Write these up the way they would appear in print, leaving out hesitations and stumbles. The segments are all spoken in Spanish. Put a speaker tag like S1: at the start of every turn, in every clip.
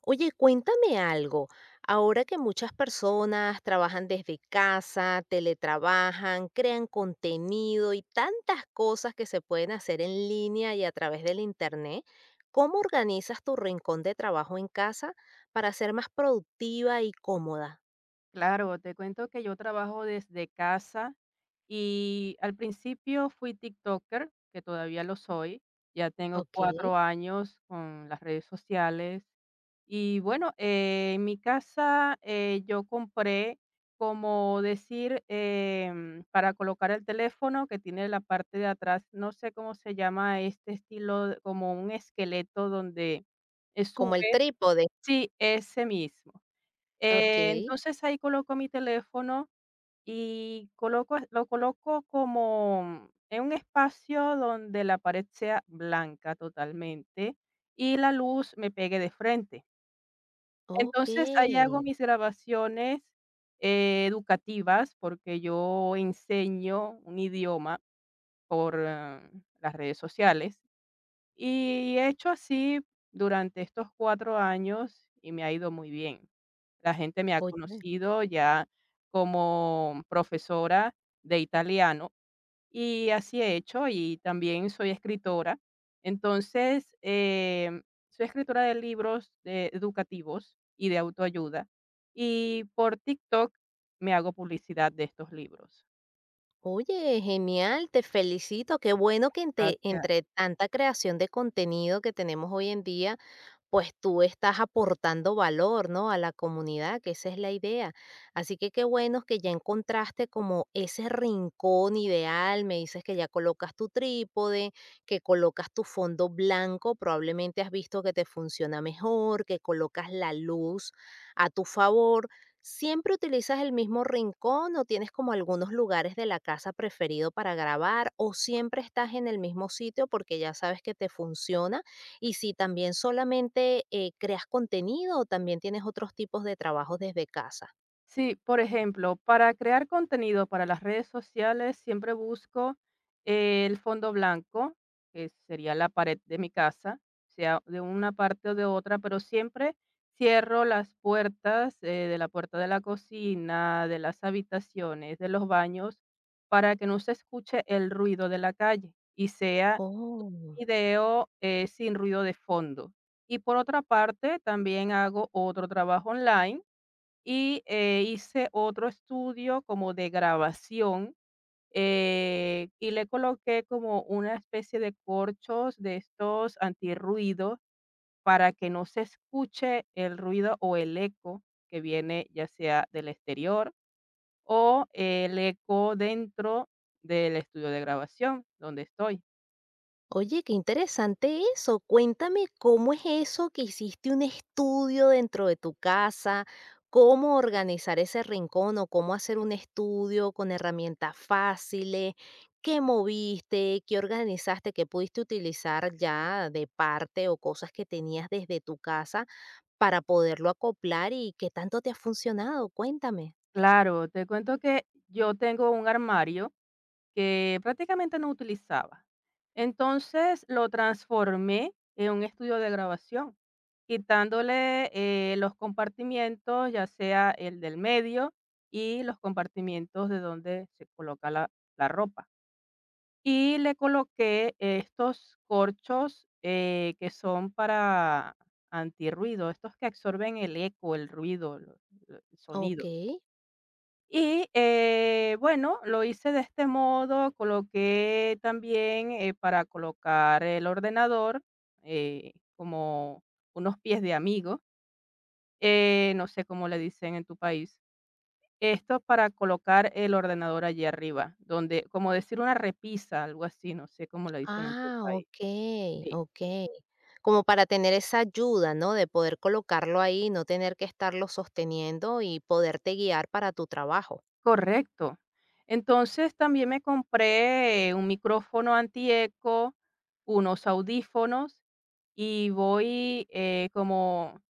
S1: Oye, cuéntame algo. Ahora que muchas personas trabajan desde casa, teletrabajan, crean contenido y tantas cosas que se pueden hacer en línea y a través del internet, ¿cómo organizas tu rincón de trabajo en casa para ser más productiva y cómoda?
S2: Claro, te cuento que yo trabajo desde casa y al principio fui TikToker, que todavía lo soy. Ya tengo
S1: Ok,
S2: 4 años con las redes sociales. Y bueno, en mi casa yo compré, como decir, para colocar el teléfono que tiene la parte de atrás, no sé cómo se llama este estilo, como un esqueleto donde
S1: como el
S2: subes,
S1: trípode.
S2: sí, ese mismo.
S1: Ok,
S2: Entonces ahí coloco mi teléfono y coloco como en un espacio donde la pared sea blanca totalmente y la luz me pegue de frente.
S1: ok.
S2: Entonces ahí hago mis grabaciones educativas porque yo enseño un idioma por las redes sociales. Y he hecho así durante estos 4 años y me ha ido muy bien. La gente me ha
S1: Oye,
S2: conocido ya como profesora de italiano y así he hecho, y también soy escritora. Entonces, soy escritora de libros de educativos y de autoayuda, y por TikTok me hago publicidad de estos libros.
S1: oye, genial, te felicito. Qué bueno que entre,
S2: Gracias.
S1: entre tanta creación de contenido que tenemos hoy en día pues tú estás aportando valor, ¿no? A la comunidad, que esa es la idea. Así que qué bueno que ya encontraste como ese rincón ideal. Me dices que ya colocas tu trípode, que colocas tu fondo blanco, probablemente has visto que te funciona mejor, que colocas la luz a tu favor. ¿Siempre utilizas el mismo rincón o tienes como algunos lugares de la casa preferido para grabar o siempre estás en el mismo sitio porque ya sabes que te funciona? Y si también solamente creas contenido o también tienes otros tipos de trabajos desde casa.
S2: Sí, por ejemplo, para crear contenido para las redes sociales siempre busco el fondo blanco, que sería la pared de mi casa, sea de una parte o de otra, pero siempre cierro las puertas de la puerta de la cocina, de las habitaciones, de los baños, para que no se escuche el ruido de la calle y sea
S1: Oh.
S2: video sin ruido de fondo. Y por otra parte, también hago otro trabajo online y, hice otro estudio como de grabación, y le coloqué como una especie de corchos de estos antirruido para que no se escuche el ruido o el eco que viene, ya sea del exterior o el eco dentro del estudio de grabación donde estoy.
S1: Oye, qué interesante eso. Cuéntame cómo es eso que hiciste un estudio dentro de tu casa, cómo organizar ese rincón o cómo hacer un estudio con herramientas fáciles, qué moviste, qué organizaste, qué pudiste utilizar ya de parte o cosas que tenías desde tu casa para poderlo acoplar y qué tanto te ha funcionado. Cuéntame.
S2: Claro, te cuento que yo tengo un armario que prácticamente no utilizaba. Entonces lo transformé en un estudio de grabación, quitándole los compartimientos, ya sea el del medio y los compartimientos de donde se coloca la ropa. Y le coloqué estos corchos que son para antirruido, estos que absorben el eco, el ruido, el
S1: Ok.
S2: sonido. Y, bueno, lo hice de este modo, coloqué también, para colocar el ordenador, como unos pies de amigo, no sé cómo le dicen en tu país. Esto para colocar el ordenador allí arriba, donde como decir una repisa, algo así, no sé cómo le dicen en tu
S1: Ah,
S2: país.
S1: ok,
S2: Sí.
S1: ok. Como para tener esa ayuda, ¿no? De poder colocarlo ahí, no tener que estarlo sosteniendo y poderte guiar para tu trabajo.
S2: Correcto. Entonces también me compré un micrófono antieco, unos audífonos y voy como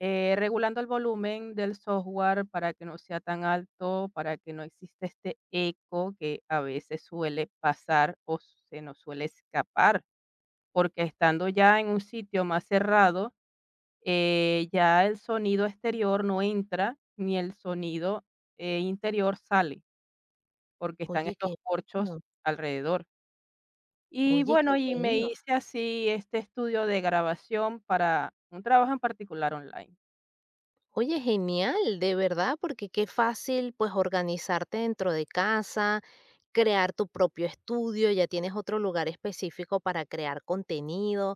S2: regulando el volumen del software para que no sea tan alto, para que no exista este eco que a veces suele pasar o se nos suele escapar, porque estando ya en un sitio más cerrado, ya el sonido exterior no entra ni el sonido interior sale porque están
S1: Oye,
S2: estos
S1: qué
S2: corchos
S1: bueno,
S2: alrededor. Y
S1: oye, qué
S2: bueno, y me
S1: bueno.
S2: hice así este estudio de grabación para un trabajo en particular online.
S1: Oye, genial, de verdad, porque qué fácil pues organizarte dentro de casa, crear tu propio estudio, ya tienes otro lugar específico para crear contenido.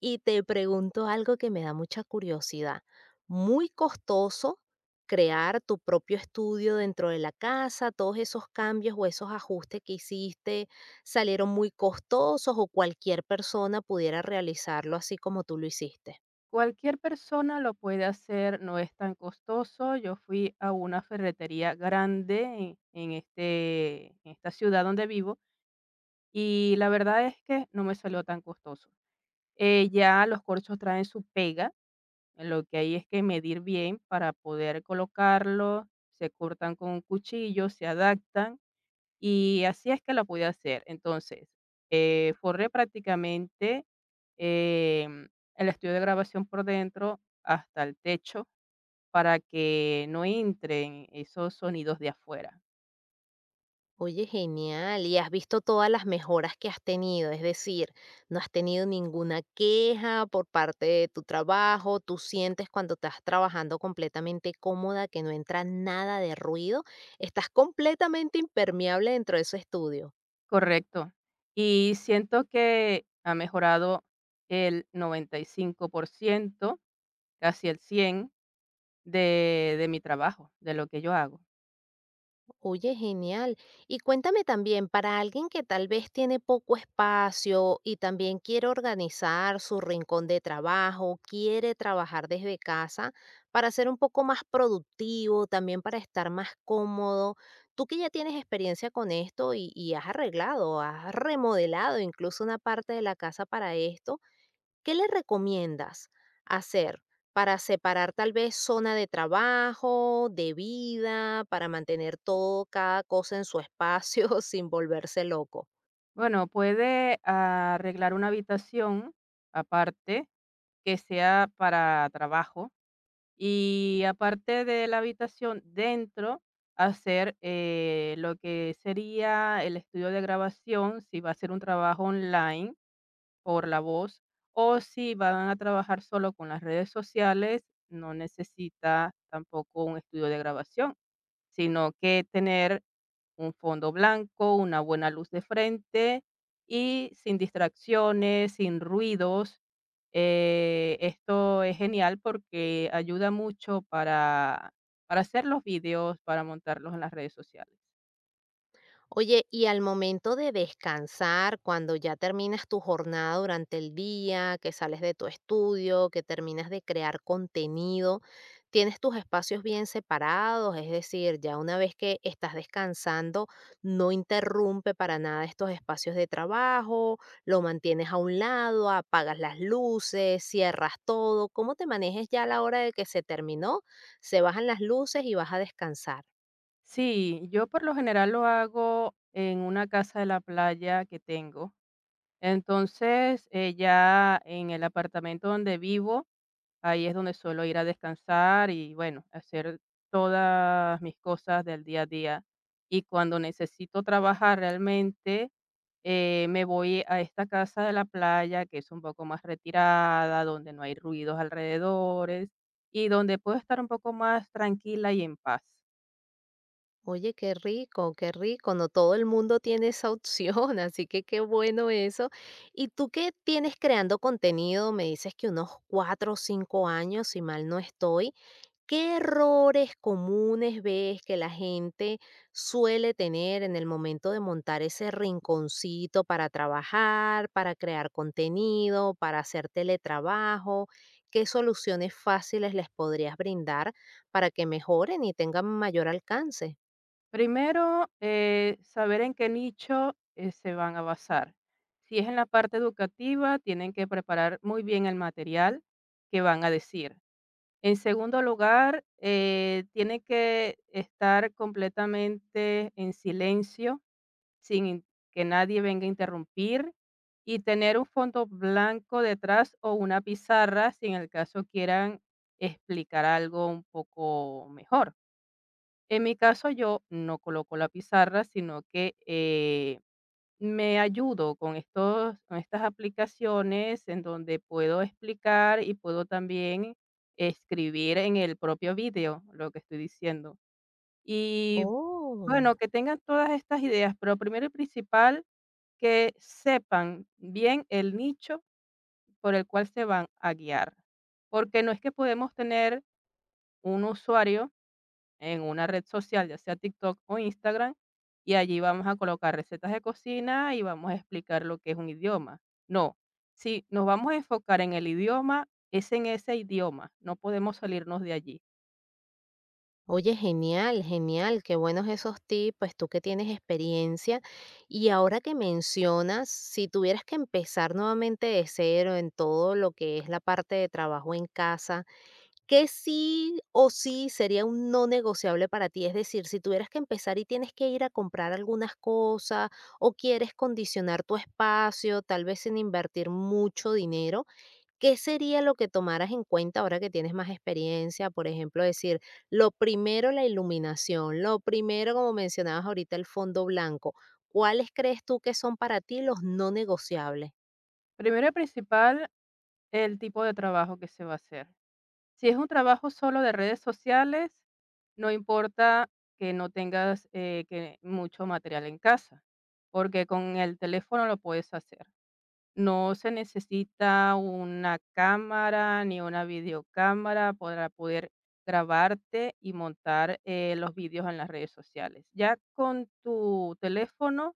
S1: Y te pregunto algo que me da mucha curiosidad. Muy costoso crear tu propio estudio dentro de la casa, todos esos cambios o esos ajustes que hiciste salieron muy costosos o cualquier persona pudiera realizarlo así como tú lo hiciste.
S2: Cualquier persona lo puede hacer, no es tan costoso. Yo fui a una ferretería grande en, en esta ciudad donde vivo y la verdad es que no me salió tan costoso. Ya los corchos traen su pega, lo que hay es que medir bien para poder colocarlo, se cortan con un cuchillo, se adaptan. Y así es que la pude hacer. Entonces, forré prácticamente em, el estudio de grabación por dentro hasta el techo para que no entren esos sonidos de afuera.
S1: Oye, genial. ¿Y has visto todas las mejoras que has tenido? Es decir, ¿no has tenido ninguna queja por parte de tu trabajo? ¿Tú sientes cuando estás trabajando completamente cómoda que no entra nada de ruido? ¿Estás completamente impermeable dentro de ese estudio?
S2: Correcto. Y siento que ha mejorado el 95 por ciento, casi el 100% de mi trabajo, de lo que yo hago.
S1: Oye, genial. Y cuéntame también, para alguien que tal vez tiene poco espacio y también quiere organizar su rincón de trabajo, quiere trabajar desde casa para ser un poco más productivo, también para estar más cómodo. Tú que ya tienes experiencia con esto y has arreglado, has remodelado incluso una parte de la casa para esto. ¿Qué le recomiendas hacer para separar tal vez zona de trabajo, de vida, para mantener todo, cada cosa en su espacio sin volverse loco?
S2: Bueno, puede arreglar una habitación aparte que sea para trabajo. Y aparte de la habitación, dentro hacer lo que sería el estudio de grabación, si va a ser un trabajo online por la voz, o si van a trabajar solo con las redes sociales, no necesita tampoco un estudio de grabación. Sino que tener un fondo blanco, una buena luz de frente y sin distracciones, sin ruidos. Esto es genial porque ayuda mucho para hacer los videos, para montarlos en las redes sociales.
S1: Oye, y al momento de descansar, cuando ya terminas tu jornada durante el día, que sales de tu estudio, que terminas de crear contenido, ¿tienes tus espacios bien separados? Es decir, ya una vez que estás descansando, no interrumpe para nada estos espacios de trabajo, lo mantienes a un lado, apagas las luces, cierras todo. ¿Cómo te manejes ya a la hora de que se terminó? Se bajan las luces y vas a descansar.
S2: Sí, yo por lo general lo hago en una casa de la playa que tengo. Entonces, ya en el apartamento donde vivo. Ahí es donde suelo ir a descansar y, bueno, hacer todas mis cosas del día a día. Y cuando necesito trabajar realmente, me voy a esta casa de la playa, que es un poco más retirada, donde no hay ruidos alrededores y donde puedo estar un poco más tranquila y en paz.
S1: Oye, qué rico, qué rico. No todo el mundo tiene esa opción, así que qué bueno eso. ¿Y tú qué tienes creando contenido? Me dices que unos 4 o 5 años, si mal no estoy. ¿Qué errores comunes ves que la gente suele tener en el momento de montar ese rinconcito para trabajar, para crear contenido, para hacer teletrabajo? ¿Qué soluciones fáciles les podrías brindar para que mejoren y tengan mayor alcance?
S2: Primero, saber en qué nicho, se van a basar. Si es en la parte educativa, tienen que preparar muy bien el material que van a decir. En segundo lugar, tiene que estar completamente en silencio, sin in- que nadie venga a interrumpir, y tener un fondo blanco detrás o una pizarra si en el caso quieran explicar algo un poco mejor. En mi caso, yo no coloco la pizarra, sino que me ayudo con estas aplicaciones en donde puedo explicar y puedo también escribir en el propio vídeo lo que estoy diciendo. Y
S1: Oh,
S2: bueno, que tengan todas estas ideas, pero primero y principal, que sepan bien el nicho por el cual se van a guiar, porque no es que podemos tener un usuario en una red social, ya sea TikTok o Instagram, y allí vamos a colocar recetas de cocina y vamos a explicar lo que es un idioma. No, si nos vamos a enfocar en el idioma, es en ese idioma, no podemos salirnos de allí.
S1: oye, genial, genial, qué buenos esos tips, pues tú que tienes experiencia. Y ahora que mencionas, si tuvieras que empezar nuevamente de cero en todo lo que es la parte de trabajo en casa, ¿qué sí o sí sería un no negociable para ti? Es decir, si tuvieras que empezar y tienes que ir a comprar algunas cosas o quieres condicionar tu espacio, tal vez sin invertir mucho dinero. ¿Qué sería lo que tomaras en cuenta ahora que tienes más experiencia? Por ejemplo, decir, lo primero la iluminación, lo primero, como mencionabas ahorita, el fondo blanco. ¿Cuáles crees tú que son para ti los no negociables?
S2: Primero y principal, el tipo de trabajo que se va a hacer. Si es un trabajo solo de redes sociales, no importa que no tengas que mucho material en casa, porque con el teléfono lo puedes hacer. No se necesita una cámara ni una videocámara para poder grabarte y montar, los vídeos en las redes sociales. Ya con tu teléfono,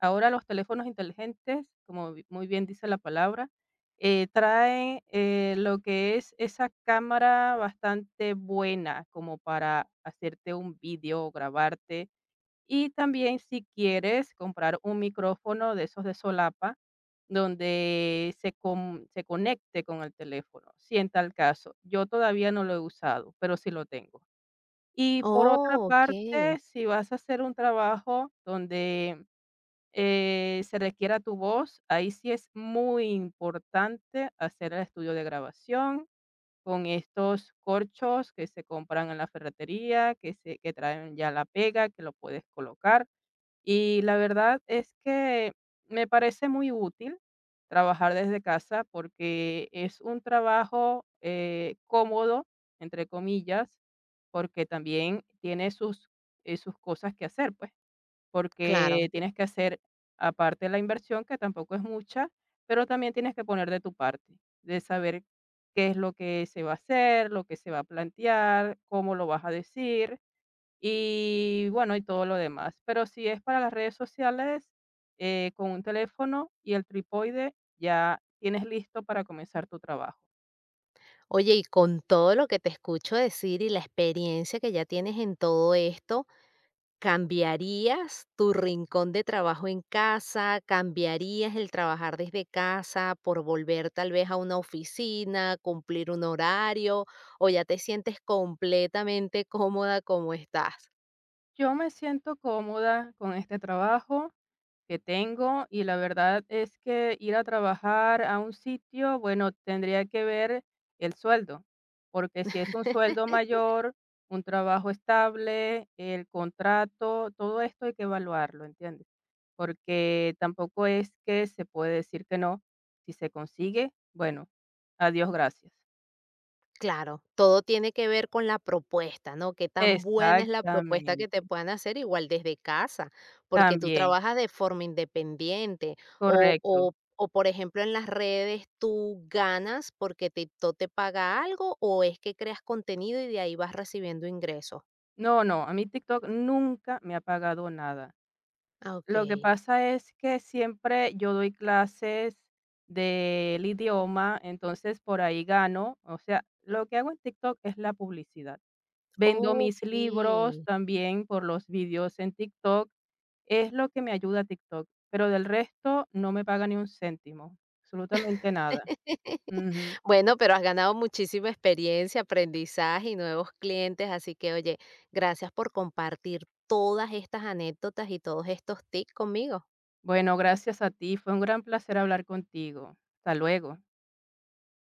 S2: ahora los teléfonos inteligentes, como bi muy bien dice la palabra, traen, lo que es esa cámara bastante buena como para hacerte un vídeo o grabarte. Y también si quieres comprar un micrófono de esos de solapa, donde se conecte con el teléfono, si en tal caso. Yo todavía no lo he usado, pero sí lo tengo. Y por otra
S1: Oh, ok,
S2: parte, si vas a hacer un trabajo donde, se requiera tu voz, ahí sí es muy importante hacer el estudio de grabación con estos corchos que se compran en la ferretería, que traen ya la pega, que lo puedes colocar. Y la verdad es que me parece muy útil trabajar desde casa porque es un trabajo cómodo, entre comillas, porque también tiene sus, sus cosas que hacer, pues, porque
S1: claro.
S2: tienes que hacer aparte la inversión, que tampoco es mucha, pero también tienes que poner de tu parte, de saber qué es lo que se va a hacer, lo que se va a plantear, cómo lo vas a decir y bueno, y todo lo demás. Pero si es para las redes sociales, con un teléfono y el trípode ya tienes listo para comenzar tu trabajo.
S1: Oye, y con todo lo que te escucho decir y la experiencia que ya tienes en todo esto, ¿cambiarías tu rincón de trabajo en casa? ¿Cambiarías el trabajar desde casa por volver tal vez a una oficina, cumplir un horario? ¿O ya te sientes completamente cómoda como estás?
S2: Yo me siento cómoda con este trabajo, que tengo y la verdad es que ir a trabajar a un sitio, bueno, tendría que ver el sueldo, porque si es un sueldo mayor, un trabajo estable, el contrato, todo esto hay que evaluarlo, ¿entiendes? Porque tampoco es que se puede decir que no. Si se consigue, bueno, adiós, gracias.
S1: Claro, todo tiene que ver con la propuesta, ¿no? Qué tan buena es la propuesta que
S2: Exactamente,
S1: te puedan hacer igual desde casa, porque tú
S2: también,
S1: trabajas de forma independiente
S2: correcto.
S1: o, por ejemplo en las redes tú ganas porque TikTok te paga algo o es que creas contenido y de ahí vas recibiendo ingresos.
S2: No, no, a mí TikTok nunca me ha pagado nada.
S1: Ah, ok,
S2: Lo que pasa es que siempre yo doy clases del idioma, entonces por ahí gano. O sea, lo que hago en TikTok es la publicidad. Vendo mis
S1: ok.
S2: libros también por los vídeos en TikTok. Es lo que me ayuda a TikTok, pero del resto no me paga ni un céntimo, absolutamente nada. Ujú.
S1: Bueno, pero has ganado muchísima experiencia, aprendizaje y nuevos clientes, así que oye, gracias por compartir todas estas anécdotas y todos estos tips conmigo.
S2: Bueno, gracias a ti. Fue un gran placer hablar contigo. Hasta luego.